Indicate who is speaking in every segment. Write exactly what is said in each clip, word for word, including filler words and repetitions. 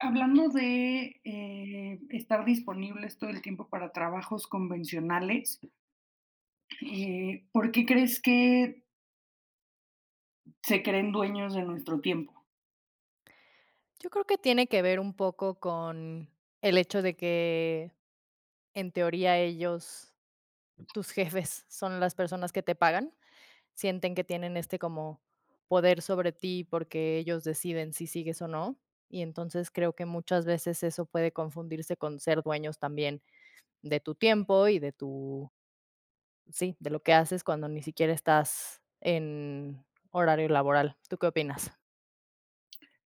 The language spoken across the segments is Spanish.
Speaker 1: Hablando de, eh, estar disponibles todo el tiempo para trabajos convencionales, eh, ¿por qué crees que se creen dueños de nuestro tiempo?
Speaker 2: Yo creo que tiene que ver un poco con el hecho de que, en teoría, ellos, tus jefes, son las personas que te pagan. Sienten que tienen este como poder sobre ti porque ellos deciden si sigues o no. Y entonces creo que muchas veces eso puede confundirse con ser dueños también de tu tiempo y de tu, sí, de lo que haces cuando ni siquiera estás en horario laboral. ¿Tú qué opinas?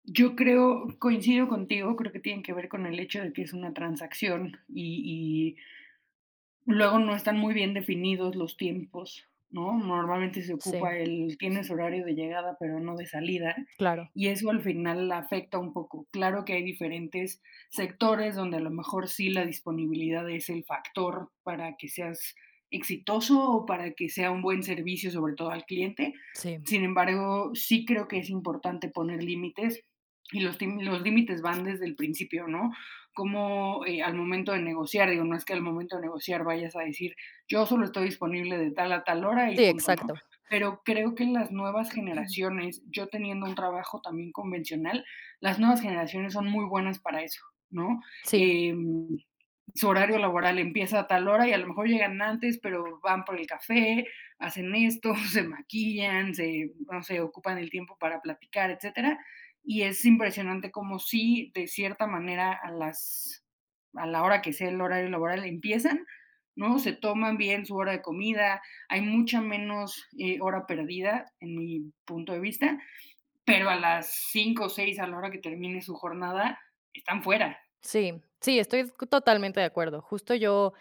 Speaker 1: Yo creo coincido contigo, creo que tiene que ver con el hecho de que es una transacción y luego no están muy bien definidos los tiempos, ¿no? Normalmente se
Speaker 2: Sí,
Speaker 1: ocupa el tienes horario de llegada, pero no de salida,
Speaker 2: claro,
Speaker 1: y eso al final afecta un poco. Claro que hay diferentes sectores donde a lo mejor sí la disponibilidad es el factor para que seas exitoso o para que sea un buen servicio, sobre todo al cliente.
Speaker 2: sí,
Speaker 1: Sin embargo, sí creo que es importante poner límites y los, tim- los límites van desde el principio, ¿no? Cómo eh, al momento de negociar, digo, no es que al momento de negociar vayas a decir, yo solo estoy disponible de tal a tal hora y
Speaker 2: sí,
Speaker 1: punto, ¿no?
Speaker 2: exacto.
Speaker 1: Pero creo que las nuevas generaciones, yo teniendo un trabajo también convencional, las nuevas generaciones son muy buenas para eso, ¿no?
Speaker 2: Sí.
Speaker 1: Em, su horario laboral empieza a tal hora y a lo mejor llegan antes, pero van por el café, hacen esto, se maquillan, se, no sé, ocupan el tiempo para platicar, etcétera. Y es impresionante como si de cierta manera a las a la hora que sea el horario laboral empiezan, ¿no? Se toman bien su hora de comida, hay mucha menos eh, hora perdida en mi punto de vista, pero a las cinco o seis a la hora que termine su jornada están fuera.
Speaker 2: Sí, sí, estoy totalmente de acuerdo. Justo yo,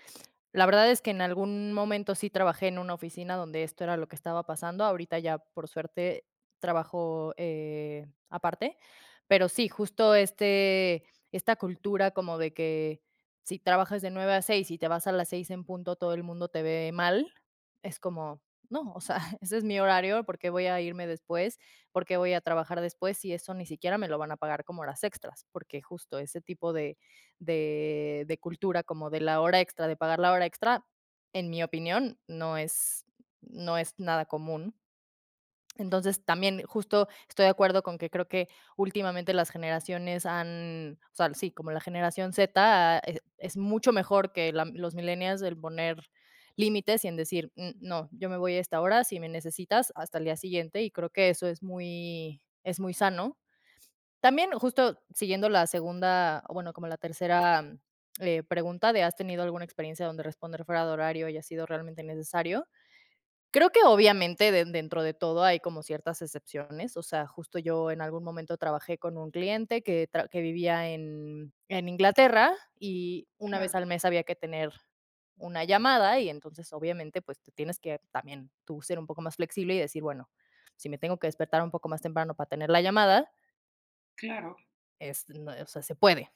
Speaker 2: la verdad es que en algún momento sí trabajé en una oficina donde esto era lo que estaba pasando. Ahorita ya, por suerte, trabajo eh, aparte. Pero sí, justo este, esta cultura como de que si trabajas de nueve a seis y te vas a las seis en punto, todo el mundo te ve mal. Es como, no, o sea, ese es mi horario, ¿por qué voy a irme después? ¿Por qué voy a trabajar después? Si eso ni siquiera me lo van a pagar como horas extras, porque justo ese tipo de de de cultura, como de la hora extra, de pagar la hora extra, en mi opinión, no es no es nada común. Entonces, también justo estoy de acuerdo con que creo que últimamente las generaciones han, o sea, sí, como la generación zeta, eh, es mucho mejor que la los millennials el poner límites y en decir: "Mm, no, yo me voy a esta hora, si me necesitas, hasta el día siguiente", y creo que eso es muy es muy sano. También, justo siguiendo la segunda, o bueno, como la tercera, mm, eh, pregunta de, ¿has tenido alguna experiencia donde responder fuera de horario haya sido realmente necesario? Creo que obviamente de dentro de todo hay como ciertas excepciones, o sea, justo yo en algún momento trabajé con un cliente que tra que vivía en en Inglaterra y una vez
Speaker 1: Claro,
Speaker 2: al mes había que tener una llamada y entonces obviamente, pues, te tienes que también tú ser un poco más flexible y decir, bueno, si me tengo que despertar un poco más temprano para tener la llamada,
Speaker 1: claro.
Speaker 2: es, no, o sea, se puede,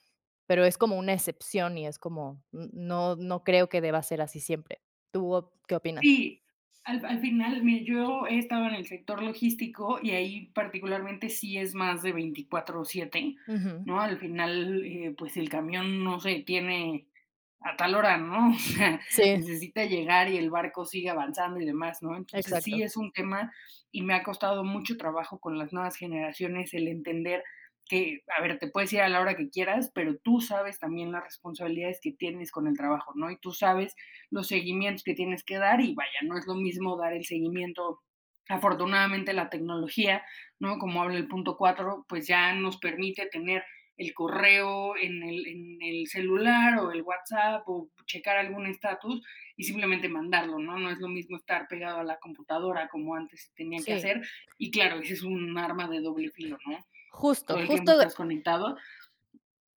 Speaker 2: pero es como una excepción y es como, n- no, no creo que deba ser así siempre. ¿Tú op- qué opinas?
Speaker 1: Sí, al al final, mira, yo he estado en el sector logístico y ahí particularmente sí es más de veinticuatro siete,
Speaker 2: Ujú.
Speaker 1: ¿no? Al final, eh, pues el camión no se detiene a tal hora, ¿no? O sea,
Speaker 2: Sí,
Speaker 1: necesita llegar y el barco sigue avanzando y demás, ¿no? Entonces sí
Speaker 2: exacto.
Speaker 1: es un tema y me ha costado mucho trabajo con las nuevas generaciones el entender que, a ver, te puedes ir a la hora que quieras, pero tú sabes también las responsabilidades que tienes con el trabajo, ¿no? Y tú sabes los seguimientos que tienes que dar y vaya, no es lo mismo dar el seguimiento. Afortunadamente la tecnología, ¿no? Como habla el punto cuatro pues ya nos permite tener el correo en el, en el celular o el WhatsApp o checar algún estatus y simplemente mandarlo, ¿no? No es lo mismo estar pegado a la computadora como antes se tenía que
Speaker 2: Sí,
Speaker 1: hacer y claro, ese es un arma de doble filo, ¿no?
Speaker 2: justo,
Speaker 1: Todo el tiempo
Speaker 2: justo, de-
Speaker 1: estás conectado,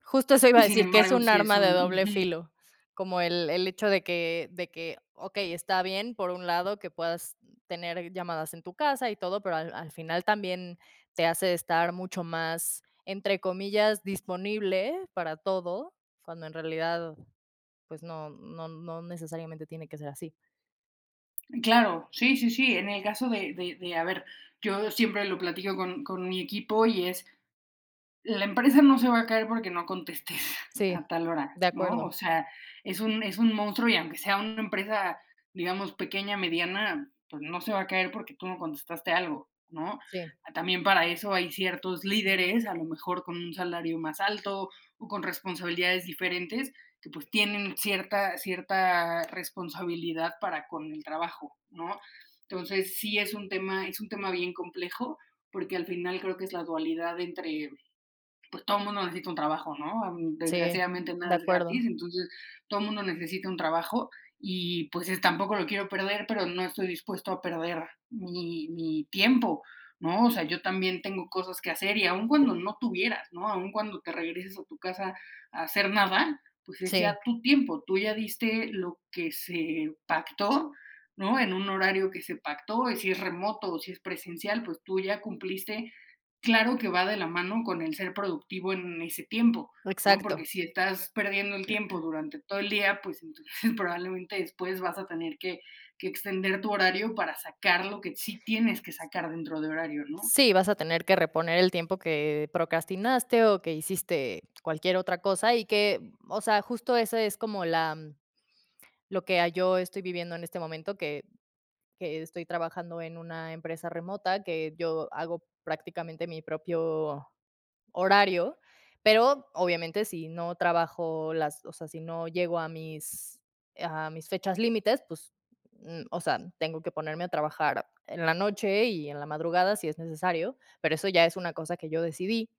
Speaker 2: justo eso iba a
Speaker 1: sin
Speaker 2: decir, que es
Speaker 1: embargo,
Speaker 2: un
Speaker 1: sí es
Speaker 2: arma de
Speaker 1: un...
Speaker 2: doble filo, como el, el hecho de que, de que, ok, está bien por un lado que puedas tener llamadas en tu casa y todo, pero al, al final también te hace estar mucho más, entre comillas, disponible para todo, cuando en realidad pues no no no necesariamente tiene que ser así.
Speaker 1: Claro, sí, sí, sí. En el caso de, de, de a ver, yo siempre lo platico con, con mi equipo y es, la empresa no se va a caer porque no contestes
Speaker 2: Sí,
Speaker 1: a tal hora,
Speaker 2: de
Speaker 1: ¿no?
Speaker 2: acuerdo.
Speaker 1: O sea, es un, es un monstruo y aunque sea una empresa, digamos, pequeña, mediana, pues no se va a caer porque tú no contestaste algo, ¿no?
Speaker 2: Sí,
Speaker 1: También para eso hay ciertos líderes, a lo mejor con un salario más alto o con responsabilidades diferentes, que pues tienen cierta, cierta responsabilidad para con el trabajo, ¿no? Entonces sí es un tema, es un tema bien complejo, porque al final creo que es la dualidad entre pues todo el mundo necesita un trabajo, ¿no? Am,
Speaker 2: sí,
Speaker 1: desgraciadamente
Speaker 2: de
Speaker 1: nada es
Speaker 2: acuerdo.
Speaker 1: gratis, entonces todo el mundo necesita un trabajo y pues es- tampoco lo quiero perder, pero no estoy dispuesto a perder mi, mi tiempo, ¿no? O sea, yo también tengo cosas que hacer y aun cuando no tuvieras, ¿no? Aun cuando te regreses a tu casa a hacer nada, pues es
Speaker 2: Sí,
Speaker 1: ya tu tiempo, tú ya diste lo que se pactó. ¿No? En un horario que se pactó, y si es remoto o si es presencial, pues tú ya cumpliste claro que va de la mano con el ser productivo en ese tiempo, ¿no? Porque
Speaker 2: exacto.
Speaker 1: si estás perdiendo el tiempo durante todo el día, pues entonces probablemente después vas a tener que, que extender tu horario para sacar lo que sí tienes que sacar dentro de horario, ¿no?
Speaker 2: Sí, vas a tener que reponer el tiempo que procrastinaste o que hiciste cualquier otra cosa y que, o sea, justo eso es como la mm, lo que yo estoy viviendo en este momento, que que estoy trabajando en una empresa remota, que yo hago prácticamente mi propio horario, pero obviamente si no trabajo las o sea, si no llego a mis a mis fechas límites, pues, mm, o sea, tengo que ponerme a trabajar en la noche y en la madrugada si es necesario, pero eso ya es una cosa que yo decidí.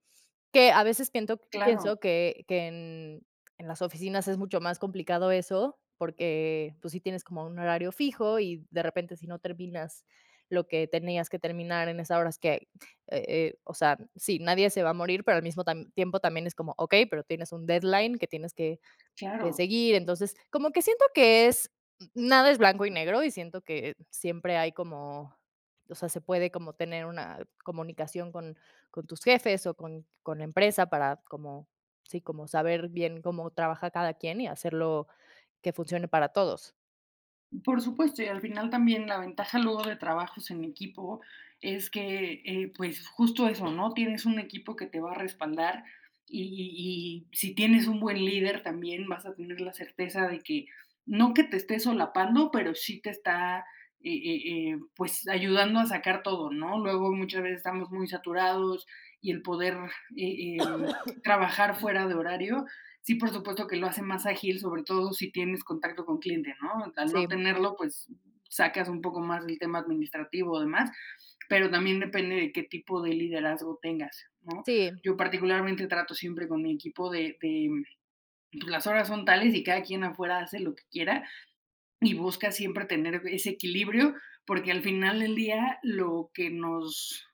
Speaker 2: Que a veces piento
Speaker 1: Claro,
Speaker 2: pienso que que en en las oficinas es mucho más complicado eso, porque, pues, sí tienes como un horario fijo y de repente si no terminas lo que tenías que terminar en esas horas que, eh eh, o sea, sí, nadie se va a morir, pero al mismo tam tiempo también es como, okey, pero tienes un deadline que tienes que que
Speaker 1: claro.
Speaker 2: seguir. Entonces, como que siento que es nada es blanco y negro y siento que siempre hay como, o sea, se puede como tener una comunicación con con tus jefes o con con la empresa para como, sí, como saber bien cómo trabaja cada quien y hacerlo que funcione para todos.
Speaker 1: Por supuesto, y al final también la ventaja luego de trabajos en equipo es que, eh, pues justo eso, ¿no? Tienes un equipo que te va a respaldar y, y- y si tienes un buen líder también vas a tener la certeza de que no que te esté solapando, pero sí te está, eh, eh, eh, pues ayudando a sacar todo, ¿no? Luego muchas veces estamos muy saturados y el poder eh, em, trabajar fuera de horario sí, por supuesto que lo hace más ágil, sobre todo si tienes contacto con cliente, ¿no? Al no
Speaker 2: Sí,
Speaker 1: tenerlo, pues sacas un poco más el tema administrativo o demás, pero también depende de qué tipo de liderazgo tengas, ¿no?
Speaker 2: sí,
Speaker 1: Yo particularmente trato siempre con mi equipo de, de pues, las horas son tales y cada quien afuera hace lo que quiera y busca siempre tener ese equilibrio porque al final del día lo que nos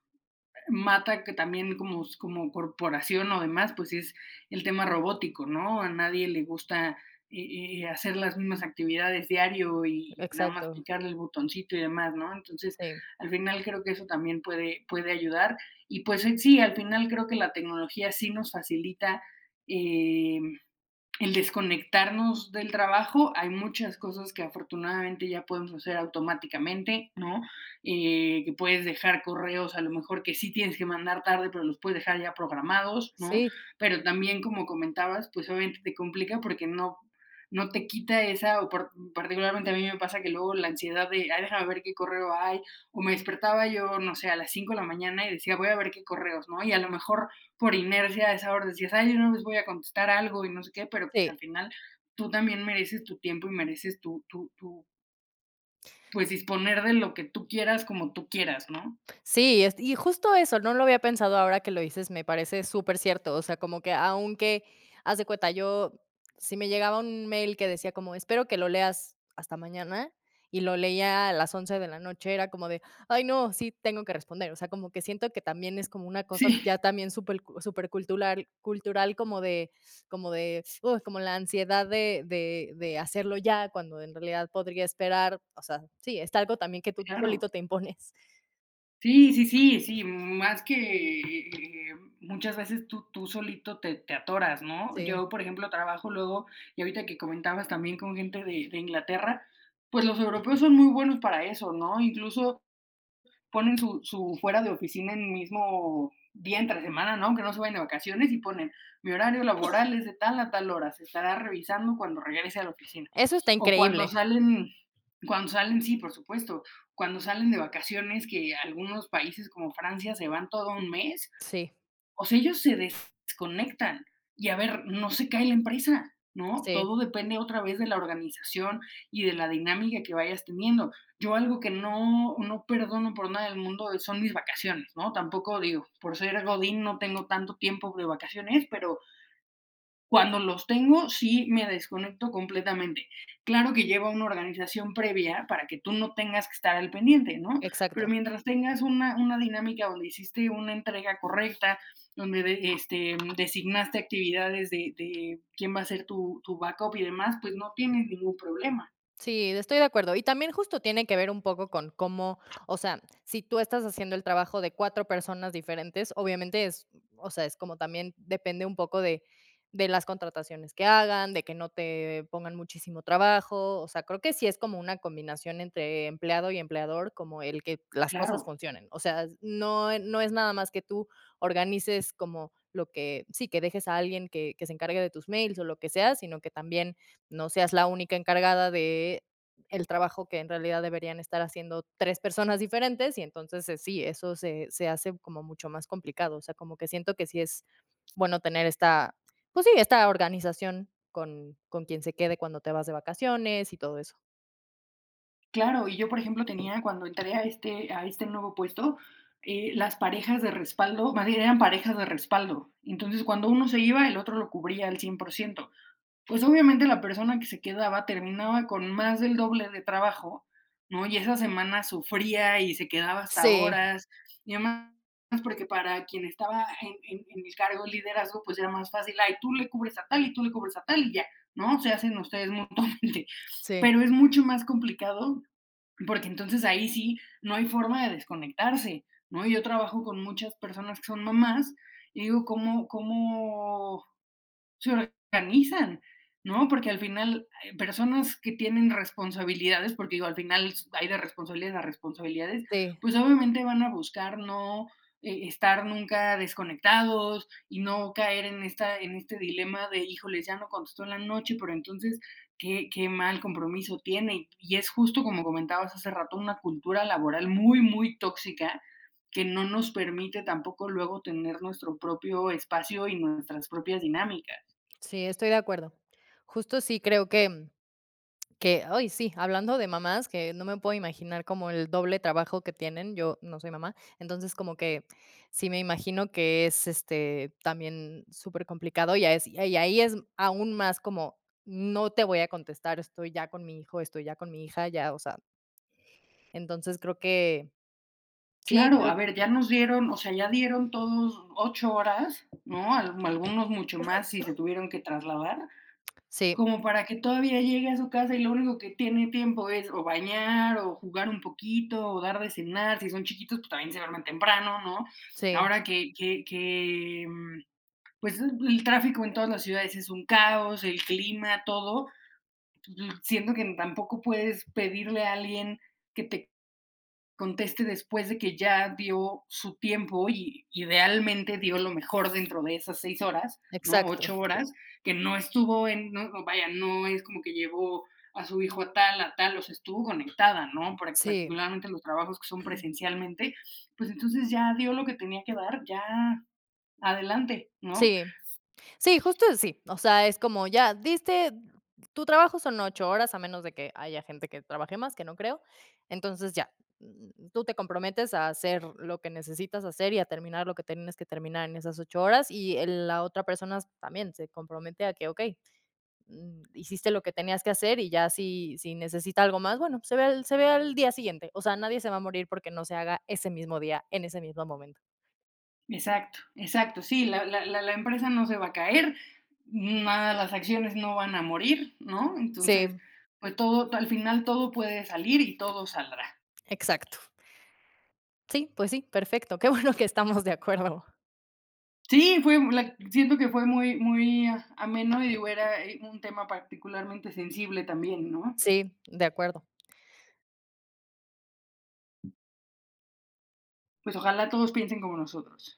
Speaker 1: mata que también como, como corporación o demás, pues es el tema robótico, ¿no? A nadie le gusta eh, eh, hacer las mismas actividades diario y, y nada más
Speaker 2: exacto.
Speaker 1: picarle el botoncito y demás, ¿no? Entonces,
Speaker 2: Sí,
Speaker 1: al final creo que eso también puede, puede ayudar. Y pues eh, sí, al final creo que la tecnología sí nos facilita eh, el desconectarnos del trabajo, hay muchas cosas que afortunadamente ya podemos hacer automáticamente, ¿no? Eh, que puedes dejar correos, a lo mejor que sí tienes que mandar tarde, pero los puedes dejar ya programados, ¿no?
Speaker 2: sí,
Speaker 1: Pero también, como comentabas, pues obviamente te complica porque no, no te quita esa, o par- particularmente a mí me pasa que luego la ansiedad de, ay, déjame ver qué correo hay, o me despertaba yo, no sé, a las cinco de la mañana y decía, voy a ver qué correos, ¿no? Y a lo mejor por inercia de esa hora decías, ay, yo no les voy a contestar algo y no sé qué, pero pues al
Speaker 2: sí.
Speaker 1: final tú también mereces tu tiempo y mereces tu, tu, tu pues disponer de lo que tú quieras como tú quieras, ¿no?
Speaker 2: Sí, es y justo eso, no lo había pensado ahora que lo dices, me parece súper cierto. O sea, como que aunque, haz de cuenta, yo si me llegaba un mail que decía como: "Espero que lo leas hasta mañana", y lo leía a las once de la noche, era como de: "Ay, no, sí tengo que responder". O sea, como que siento que también es como una cosa ya
Speaker 1: Sí,
Speaker 2: también súper cu- súper cultural cultural como de como de, uh, como la ansiedad de de de hacerlo ya, cuando en realidad podría esperar. O sea, sí, es algo también que tú
Speaker 1: claro.
Speaker 2: solito te impones.
Speaker 1: Sí, sí, sí, sí, más que eh, muchas veces tú, tú solito te, te atoras, ¿no?
Speaker 2: Sí.
Speaker 1: Yo, por ejemplo, trabajo luego, y ahorita que comentabas también con gente de, de Inglaterra, pues los europeos son muy buenos para eso, ¿no? Incluso ponen su, su fuera de oficina en mismo día entre semana, ¿no? Que no se vayan de vacaciones y ponen, mi horario laboral es de tal a tal hora, se estará revisando cuando regrese a la oficina.
Speaker 2: Eso está
Speaker 1: O cuando
Speaker 2: increíble.
Speaker 1: salen, cuando salen, sí, por supuesto, cuando salen de vacaciones, que algunos países como Francia se van todo un mes
Speaker 2: Sí,
Speaker 1: o sea, ellos se desconectan y a ver, no se cae la empresa, ¿no?
Speaker 2: sí,
Speaker 1: Todo depende otra vez de la organización y de la dinámica que vayas teniendo. Yo algo que no, no perdono por nada del mundo son mis vacaciones, ¿no? Tampoco digo, por ser Godín no tengo tanto tiempo de vacaciones, pero cuando los tengo, sí me desconecto completamente. Claro que lleva una organización previa para que tú no tengas que estar al pendiente, ¿no? Pero
Speaker 2: exacto.
Speaker 1: mientras tengas una, una dinámica donde hiciste una entrega correcta, donde de- este, designaste actividades de, de quién va a ser tu, tu backup y demás, pues no tienes ningún problema.
Speaker 2: Sí, estoy de acuerdo. Y también justo tiene que ver un poco con cómo, o sea, si tú estás haciendo el trabajo de cuatro personas diferentes, obviamente es, o sea, es como también depende un poco de, de las contrataciones que hagan, de que no te pongan muchísimo trabajo. O sea, creo que sí es como una combinación entre empleado y empleador, como el que las cosas
Speaker 1: Claro.
Speaker 2: funcionen. O sea, no, e- no es nada más que tú organices como lo que, sí, que dejes a alguien que, que se encargue de tus mails o lo que sea, sino que también no seas la única encargada de el trabajo que en realidad deberían estar haciendo tres personas diferentes y entonces, eh, sí, eso se se hace como mucho más complicado, o sea, como que siento que sí es bueno tener esta, pues sí, esta organización con con quien se quede cuando te vas de vacaciones y todo eso.
Speaker 1: Claro, y yo, por ejemplo, tenía cuando entré a este a este nuevo puesto, eh, las parejas de respaldo, más bien eran parejas de respaldo. Entonces, cuando uno se iba, el otro lo cubría al cien por ciento. Pues, obviamente, la persona que se quedaba terminaba con más del doble de trabajo, ¿no? Y esa semana sufría y se quedaba hasta
Speaker 2: Sí,
Speaker 1: horas, y además porque para quien estaba en en en el cargo de liderazgo, pues, era más fácil: "Ay, tú le cubres a tal y tú le cubres a tal y ya", ¿no? Se hacen ustedes mutuamente.
Speaker 2: sí,
Speaker 1: Pero es mucho más complicado porque entonces ahí sí no hay forma de desconectarse, ¿no? Yo trabajo con muchas personas que son mamás y digo, ¿cómo, cómo se organizan, ¿no? Porque al final, eh, personas que tienen responsabilidades, porque digo, al final hay de responsabilidades a responsabilidades,
Speaker 2: sí,
Speaker 1: pues obviamente van a buscar no eh, estar nunca desconectados y no caer en, esta, en este dilema de, híjoles, ya no contestó en la noche, pero entonces, qué, qué mal compromiso tiene. Y, y es justo, como comentabas hace rato, una cultura laboral muy, muy tóxica que no nos permite tampoco luego tener nuestro propio espacio y nuestras propias dinámicas.
Speaker 2: sí, estoy de acuerdo. Justo sí creo que Que, ay, sí, hablando de mamás, que no me puedo imaginar como el doble trabajo que tienen, yo no soy mamá, entonces como que sí me imagino que es, este, también supercomplicado y ahí es y ahí es aún más como no te voy a contestar, estoy ya con mi hijo, estoy ya con mi hija, ya, o sea, entonces creo que sí,
Speaker 1: Claro,
Speaker 2: creo
Speaker 1: a
Speaker 2: que,
Speaker 1: ver, ya nos dieron, o sea, ya dieron todos ocho horas, ¿no? Al algunos mucho más si se tuvieron que trasladar,
Speaker 2: sí,
Speaker 1: como para que todavía llegue a su casa y lo único que tiene tiempo es o bañar, o jugar un poquito, o dar de cenar. Si son chiquitos, pues también se duermen temprano, ¿no?
Speaker 2: sí,
Speaker 1: Ahora que que que, mm, pues, el tráfico en todas las ciudades es un caos, el clima, todo, pues, siento que tampoco puedes pedirle a alguien que te conteste después de que ya dio su tiempo y idealmente dio lo mejor dentro de esas seis horas, ¿no?
Speaker 2: exacto,
Speaker 1: Ocho horas, que no estuvo en, no, no, vaya, no es como que llevó a su hijo a tal, a tal, o sea, estuvo conectada, ¿no?
Speaker 2: sí,
Speaker 1: Particularmente los trabajos que son presencialmente, pues entonces ya dio lo que tenía que dar, ya adelante, ¿no?
Speaker 2: sí. Sí, justo sí. O sea, es como ya diste tu trabajo son ocho horas, a menos de que haya gente que trabaje más, que no creo. Entonces, ya, mm, tú te comprometes a hacer lo que necesitas hacer y a terminar lo que tienes que terminar en esas ocho horas, y el la otra persona también se compromete a que, okey, mm, hiciste lo que tenías que hacer y ya si si necesita algo más, bueno, se ve al se ve al día siguiente. O sea, nadie se va a morir porque no se haga ese mismo día, en ese mismo momento.
Speaker 1: Exacto, exacto. Sí, la, la, la, la empresa no se va a caer, nada, las acciones no van a morir, ¿no?
Speaker 2: Sí,
Speaker 1: Entonces, pues todo, al final todo puede salir y todo saldrá.
Speaker 2: exacto. Sí, pues sí, perfecto. Qué bueno que estamos de acuerdo.
Speaker 1: Sí, fue, la- siento que fue muy, muy ah, ameno y digo, era eh, un tema particularmente sensible también, ¿no?
Speaker 2: Sí, de acuerdo.
Speaker 1: Pues ojalá todos piensen como nosotros.